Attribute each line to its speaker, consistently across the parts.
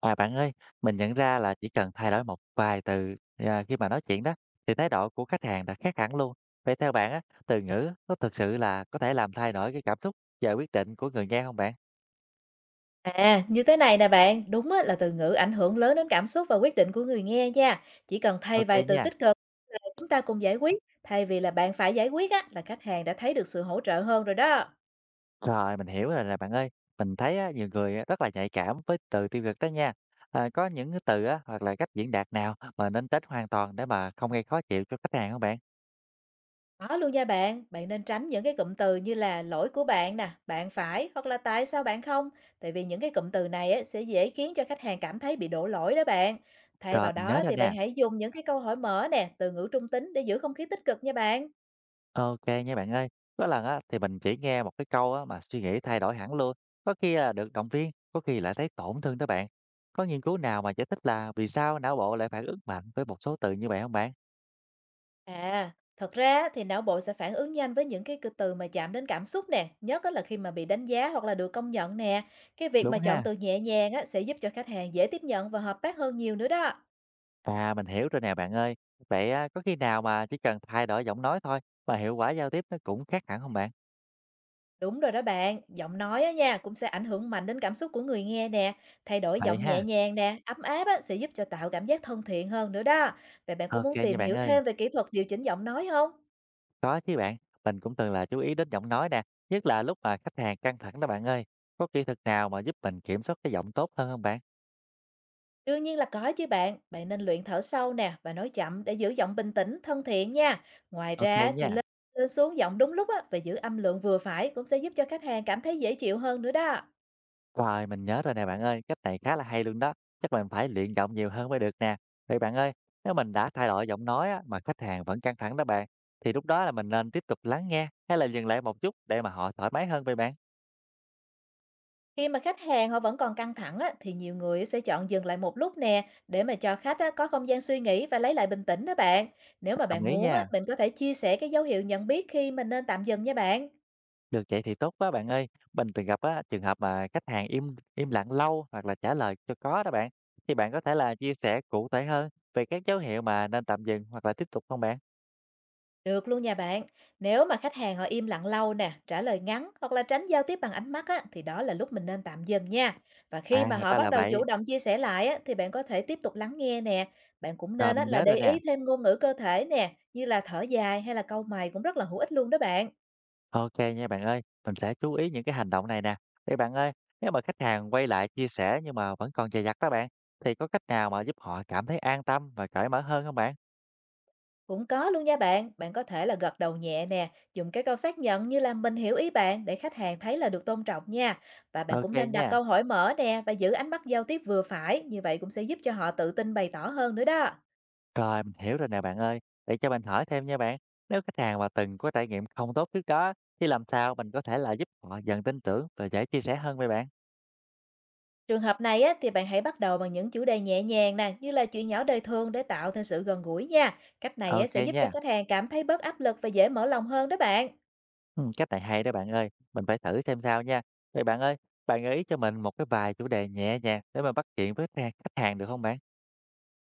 Speaker 1: Bạn ơi, mình nhận ra là chỉ cần thay đổi một vài từ, khi mà nói chuyện đó, thì thái độ của khách hàng đã khác hẳn luôn. Vậy theo bạn á, từ ngữ có thực sự là có thể làm thay đổi cái cảm xúc và quyết định của người nghe không bạn?
Speaker 2: Như thế này nè bạn, đúng á, là từ ngữ ảnh hưởng lớn đến cảm xúc và quyết định của người nghe nha. Chỉ cần thay
Speaker 1: Ok
Speaker 2: vài từ
Speaker 1: nha.
Speaker 2: tích cực là chúng ta cùng giải quyết, thay vì là bạn phải giải quyết á, là khách hàng đã thấy được sự hỗ trợ hơn rồi đó.
Speaker 1: Rồi, mình hiểu rồi nè bạn ơi. Mình thấy á, nhiều người á, rất là nhạy cảm với từ tiêu cực đó nha. Có những cái từ á, hoặc là cách diễn đạt nào mà nên tránh hoàn toàn để mà không gây khó chịu cho khách hàng không bạn?
Speaker 2: Đó luôn nha bạn, bạn nên tránh những cái cụm từ như là lỗi của bạn nè, bạn phải hoặc là tại sao bạn không. Tại vì những cái cụm từ này á, sẽ dễ khiến cho khách hàng cảm thấy bị đổ lỗi đó bạn. Thay
Speaker 1: Rồi,
Speaker 2: vào
Speaker 1: mình nhớ
Speaker 2: đó
Speaker 1: ra
Speaker 2: thì
Speaker 1: nè.
Speaker 2: bạn hãy dùng những cái câu hỏi mở nè, từ ngữ trung tính để giữ không khí tích cực nha bạn.
Speaker 1: OK kê nha bạn ơi. Có lần á, thì mình chỉ nghe một cái câu á, mà suy nghĩ thay đổi hẳn luôn, có khi là được động viên, có khi lại thấy tổn thương đó bạn. Có nghiên cứu nào mà giải thích là vì sao não bộ lại phản ứng mạnh với một số từ như vậy không bạn?
Speaker 2: À, Thật ra á thì não bộ sẽ phản ứng nhanh với những cái từ mà chạm đến cảm xúc nè, nhất á là khi mà bị đánh giá hoặc là được công nhận nè. Cái việc
Speaker 1: Đúng
Speaker 2: mà chọn
Speaker 1: ha?
Speaker 2: từ nhẹ nhàng á, sẽ giúp cho khách hàng dễ tiếp nhận và hợp tác hơn nhiều nữa đó.
Speaker 1: Mình hiểu rồi nè bạn ơi. Vậy á, có khi nào mà chỉ cần thay đổi giọng nói thôi mà hiệu quả giao tiếp nó cũng khác hẳn không bạn?
Speaker 2: Đúng rồi đó bạn, giọng nói á nha cũng sẽ ảnh hưởng mạnh đến cảm xúc của người nghe nè. Thay đổi
Speaker 1: Vậy
Speaker 2: giọng nhẹ
Speaker 1: ha?
Speaker 2: nhàng nè, ấm áp á, sẽ giúp cho tạo cảm giác thân thiện hơn nữa đó. Vậy bạn có
Speaker 1: OK
Speaker 2: muốn
Speaker 1: kê nha
Speaker 2: tìm
Speaker 1: bạn
Speaker 2: hiểu
Speaker 1: ơi.
Speaker 2: thêm về kỹ thuật điều chỉnh giọng nói không?
Speaker 1: Có chứ bạn, mình cũng từng là chú ý đến giọng nói nè, nhất là lúc mà khách hàng căng thẳng đó bạn ơi. Có kỹ thuật nào mà giúp mình kiểm soát cái giọng tốt hơn không bạn?
Speaker 2: Đương nhiên là có chứ bạn, bạn nên luyện thở sâu nè và nói chậm để giữ giọng bình tĩnh, thân thiện nha. Ngoài
Speaker 1: OK kê
Speaker 2: ra thì
Speaker 1: nha.
Speaker 2: lên xuống giọng đúng lúc á, và giữ âm lượng vừa phải cũng sẽ giúp cho khách hàng cảm thấy dễ chịu hơn nữa đó.
Speaker 1: Rồi, mình nhớ rồi nè bạn ơi, cách này khá là hay luôn đó. Chắc mình phải luyện giọng nhiều hơn mới được nè. Vậy bạn ơi, nếu mình đã thay đổi giọng nói á, mà khách hàng vẫn căng thẳng đó bạn, thì lúc đó là mình nên tiếp tục lắng nghe hay là dừng lại một chút để mà họ thoải mái hơn vậy bạn?
Speaker 2: Khi mà khách hàng họ vẫn còn căng thẳng á, thì nhiều người sẽ chọn dừng lại một lúc nè để mà cho khách á, có không gian suy nghĩ và lấy lại bình tĩnh đó bạn. Nếu mà
Speaker 1: Đồng
Speaker 2: bạn
Speaker 1: ý
Speaker 2: muốn á,
Speaker 1: nha.
Speaker 2: mình có thể chia sẻ cái dấu hiệu nhận biết khi mình nên tạm dừng nha bạn.
Speaker 1: Được vậy thì tốt quá bạn ơi. Mình từng gặp á, trường hợp mà khách hàng im im lặng lâu hoặc là trả lời cho có đó bạn. Thì bạn có thể là chia sẻ cụ thể hơn về các dấu hiệu mà nên tạm dừng hoặc là tiếp tục không bạn?
Speaker 2: Được luôn nha bạn. Nếu mà khách hàng họ im lặng lâu nè, trả lời ngắn hoặc là tránh giao tiếp bằng ánh mắt á, thì đó là lúc mình nên tạm dừng nha. Và khi mà
Speaker 1: Thật
Speaker 2: họ
Speaker 1: ra
Speaker 2: bắt
Speaker 1: là
Speaker 2: đầu chủ
Speaker 1: vậy.
Speaker 2: động chia sẻ lại á, thì bạn có thể tiếp tục lắng nghe nè. Bạn cũng
Speaker 1: Rồi
Speaker 2: nên á,
Speaker 1: mình
Speaker 2: là
Speaker 1: nhớ rồi
Speaker 2: để
Speaker 1: nè.
Speaker 2: ý thêm ngôn ngữ cơ thể nè, như là thở dài hay là cau mày cũng rất là hữu ích luôn đó bạn.
Speaker 1: OK nha bạn ơi, mình sẽ chú ý những cái hành động này nè. Vậy bạn ơi, nếu mà khách hàng quay lại chia sẻ nhưng mà vẫn còn dè dặt đó bạn, thì có cách nào mà giúp họ cảm thấy an tâm và cởi mở hơn không bạn?
Speaker 2: Cũng có luôn nha bạn, bạn có thể là gật đầu nhẹ nè, dùng cái câu xác nhận như là mình hiểu ý bạn để khách hàng thấy là được tôn trọng nha. Và bạn cũng
Speaker 1: OK
Speaker 2: nên đặt
Speaker 1: nha.
Speaker 2: câu hỏi mở nè và giữ ánh mắt giao tiếp vừa phải, như vậy cũng sẽ giúp cho họ tự tin bày tỏ hơn nữa đó.
Speaker 1: Rồi, mình hiểu rồi nè bạn ơi. Để cho mình hỏi thêm nha bạn. Nếu khách hàng mà từng có trải nghiệm không tốt trước đó, thì làm sao mình có thể là giúp họ dần tin tưởng và dễ chia sẻ hơn với bạn?
Speaker 2: Trường hợp này á, thì bạn hãy bắt đầu bằng những chủ đề nhẹ nhàng nè, như là chuyện nhỏ đời thường để tạo thêm sự gần gũi nha. Cách này á, sẽ
Speaker 1: OK
Speaker 2: giúp cho
Speaker 1: nha.
Speaker 2: khách hàng cảm thấy bớt áp lực và dễ mở lòng hơn đó bạn.
Speaker 1: Ừ, cách này hay đó bạn ơi. Mình phải thử xem sao nha. Vậy bạn ơi, bạn gợi ý cho mình một cái vài chủ đề nhẹ nhàng để mà bắt chuyện với khách hàng được không bạn?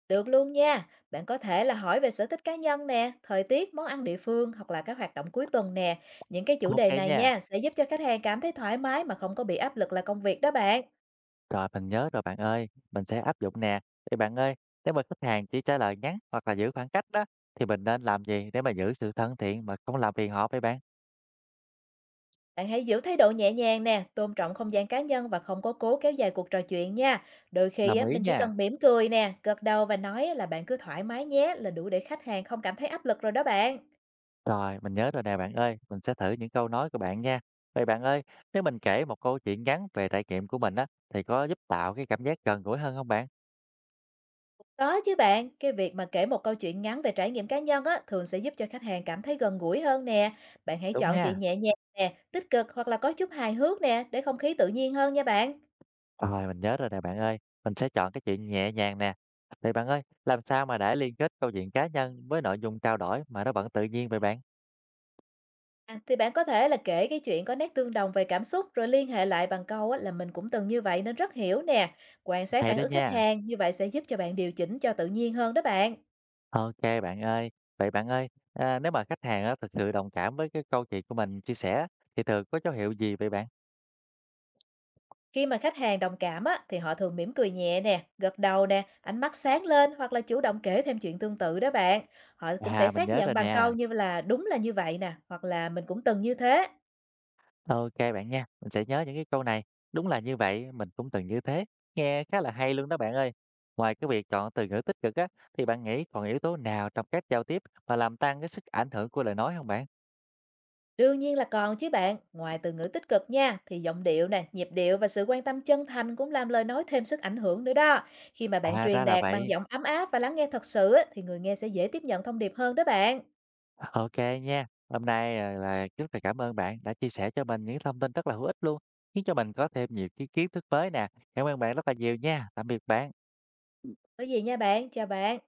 Speaker 2: Được luôn nha. Bạn có thể là hỏi về sở thích cá nhân nè, thời tiết, món ăn địa phương hoặc là các hoạt động cuối tuần nè. Những cái chủ
Speaker 1: OK
Speaker 2: đề này
Speaker 1: nha.
Speaker 2: nha sẽ giúp cho khách hàng cảm thấy thoải mái mà không có bị áp lực là công việc đó bạn.
Speaker 1: Rồi, mình nhớ rồi bạn ơi, mình sẽ áp dụng nè. Vậy bạn ơi, nếu mà khách hàng chỉ trả lời ngắn hoặc là giữ khoảng cách đó, thì mình nên làm gì để mà giữ sự thân thiện mà không làm phiền họ vậy bạn?
Speaker 2: Bạn hãy giữ thái độ nhẹ nhàng nè, tôn trọng không gian cá nhân và không có cố kéo dài cuộc trò chuyện nha. Đôi khi
Speaker 1: Đồng
Speaker 2: á,
Speaker 1: ý
Speaker 2: mình chỉ
Speaker 1: nha.
Speaker 2: cần mỉm cười nè, gật đầu và nói là bạn cứ thoải mái nhé là đủ để khách hàng không cảm thấy áp lực rồi đó bạn.
Speaker 1: Rồi, mình nhớ rồi nè bạn ơi, mình sẽ thử những câu nói của bạn nha. Vậy bạn ơi, nếu mình kể một câu chuyện ngắn về trải nghiệm của mình á, thì có giúp tạo cái cảm giác gần gũi hơn không bạn?
Speaker 2: Có chứ bạn, cái việc mà kể một câu chuyện ngắn về trải nghiệm cá nhân á, thường sẽ giúp cho khách hàng cảm thấy gần gũi hơn nè. Bạn hãy
Speaker 1: Đúng
Speaker 2: chọn chuyện
Speaker 1: ha.
Speaker 2: nhẹ nhàng nè, tích cực hoặc là có chút hài hước nè, để không khí tự nhiên hơn nha bạn.
Speaker 1: Rồi, mình nhớ rồi nè bạn ơi, mình sẽ chọn cái chuyện nhẹ nhàng nè. Vậy bạn ơi, làm sao mà để liên kết câu chuyện cá nhân với nội dung trao đổi mà nó vẫn tự nhiên vậy bạn?
Speaker 2: Thì bạn có thể là kể cái chuyện có nét tương đồng về cảm xúc rồi liên hệ lại bằng câu á, là mình cũng từng như vậy nên rất hiểu nè. Quan sát
Speaker 1: Hay
Speaker 2: phản
Speaker 1: đó
Speaker 2: ứng khách
Speaker 1: nha.
Speaker 2: hàng, như vậy sẽ giúp cho bạn điều chỉnh cho tự nhiên hơn đó bạn.
Speaker 1: OK bạn ơi. Vậy bạn ơi, nếu mà khách hàng á, thực sự đồng cảm với cái câu chuyện của mình chia sẻ thì thường có dấu hiệu gì vậy bạn?
Speaker 2: Khi mà khách hàng đồng cảm á, thì họ thường mỉm cười nhẹ nè, gật đầu nè, ánh mắt sáng lên hoặc là chủ động kể thêm chuyện tương tự đó bạn. Họ cũng sẽ
Speaker 1: Mình
Speaker 2: xác
Speaker 1: nhớ
Speaker 2: nhận
Speaker 1: rồi
Speaker 2: bằng câu
Speaker 1: nè.
Speaker 2: như là đúng là như vậy nè, hoặc là mình cũng từng như thế.
Speaker 1: OK bạn nha, mình sẽ nhớ những cái câu này. Đúng là như vậy, mình cũng từng như thế. Nghe khá là hay luôn đó bạn ơi. Ngoài cái việc chọn từ ngữ tích cực á, thì bạn nghĩ còn yếu tố nào trong cách giao tiếp mà làm tăng cái sức ảnh hưởng của lời nói không bạn?
Speaker 2: Đương nhiên là còn chứ bạn, ngoài từ ngữ tích cực nha, thì giọng điệu nè, nhịp điệu và sự quan tâm chân thành cũng làm lời nói thêm sức ảnh hưởng nữa đó. Khi mà bạn truyền
Speaker 1: Ra là
Speaker 2: đạt bằng
Speaker 1: vậy.
Speaker 2: giọng ấm áp và lắng nghe thật sự á, thì người nghe sẽ dễ tiếp nhận thông điệp hơn đó bạn.
Speaker 1: OK nha. Hôm nay, là rất là cảm ơn bạn đã chia sẻ cho mình những thông tin rất là hữu ích luôn, khiến cho mình có thêm nhiều cái kiến thức mới nè. Cảm ơn bạn rất là nhiều nha. Tạm biệt bạn.
Speaker 2: Có gì nha bạn, chào bạn.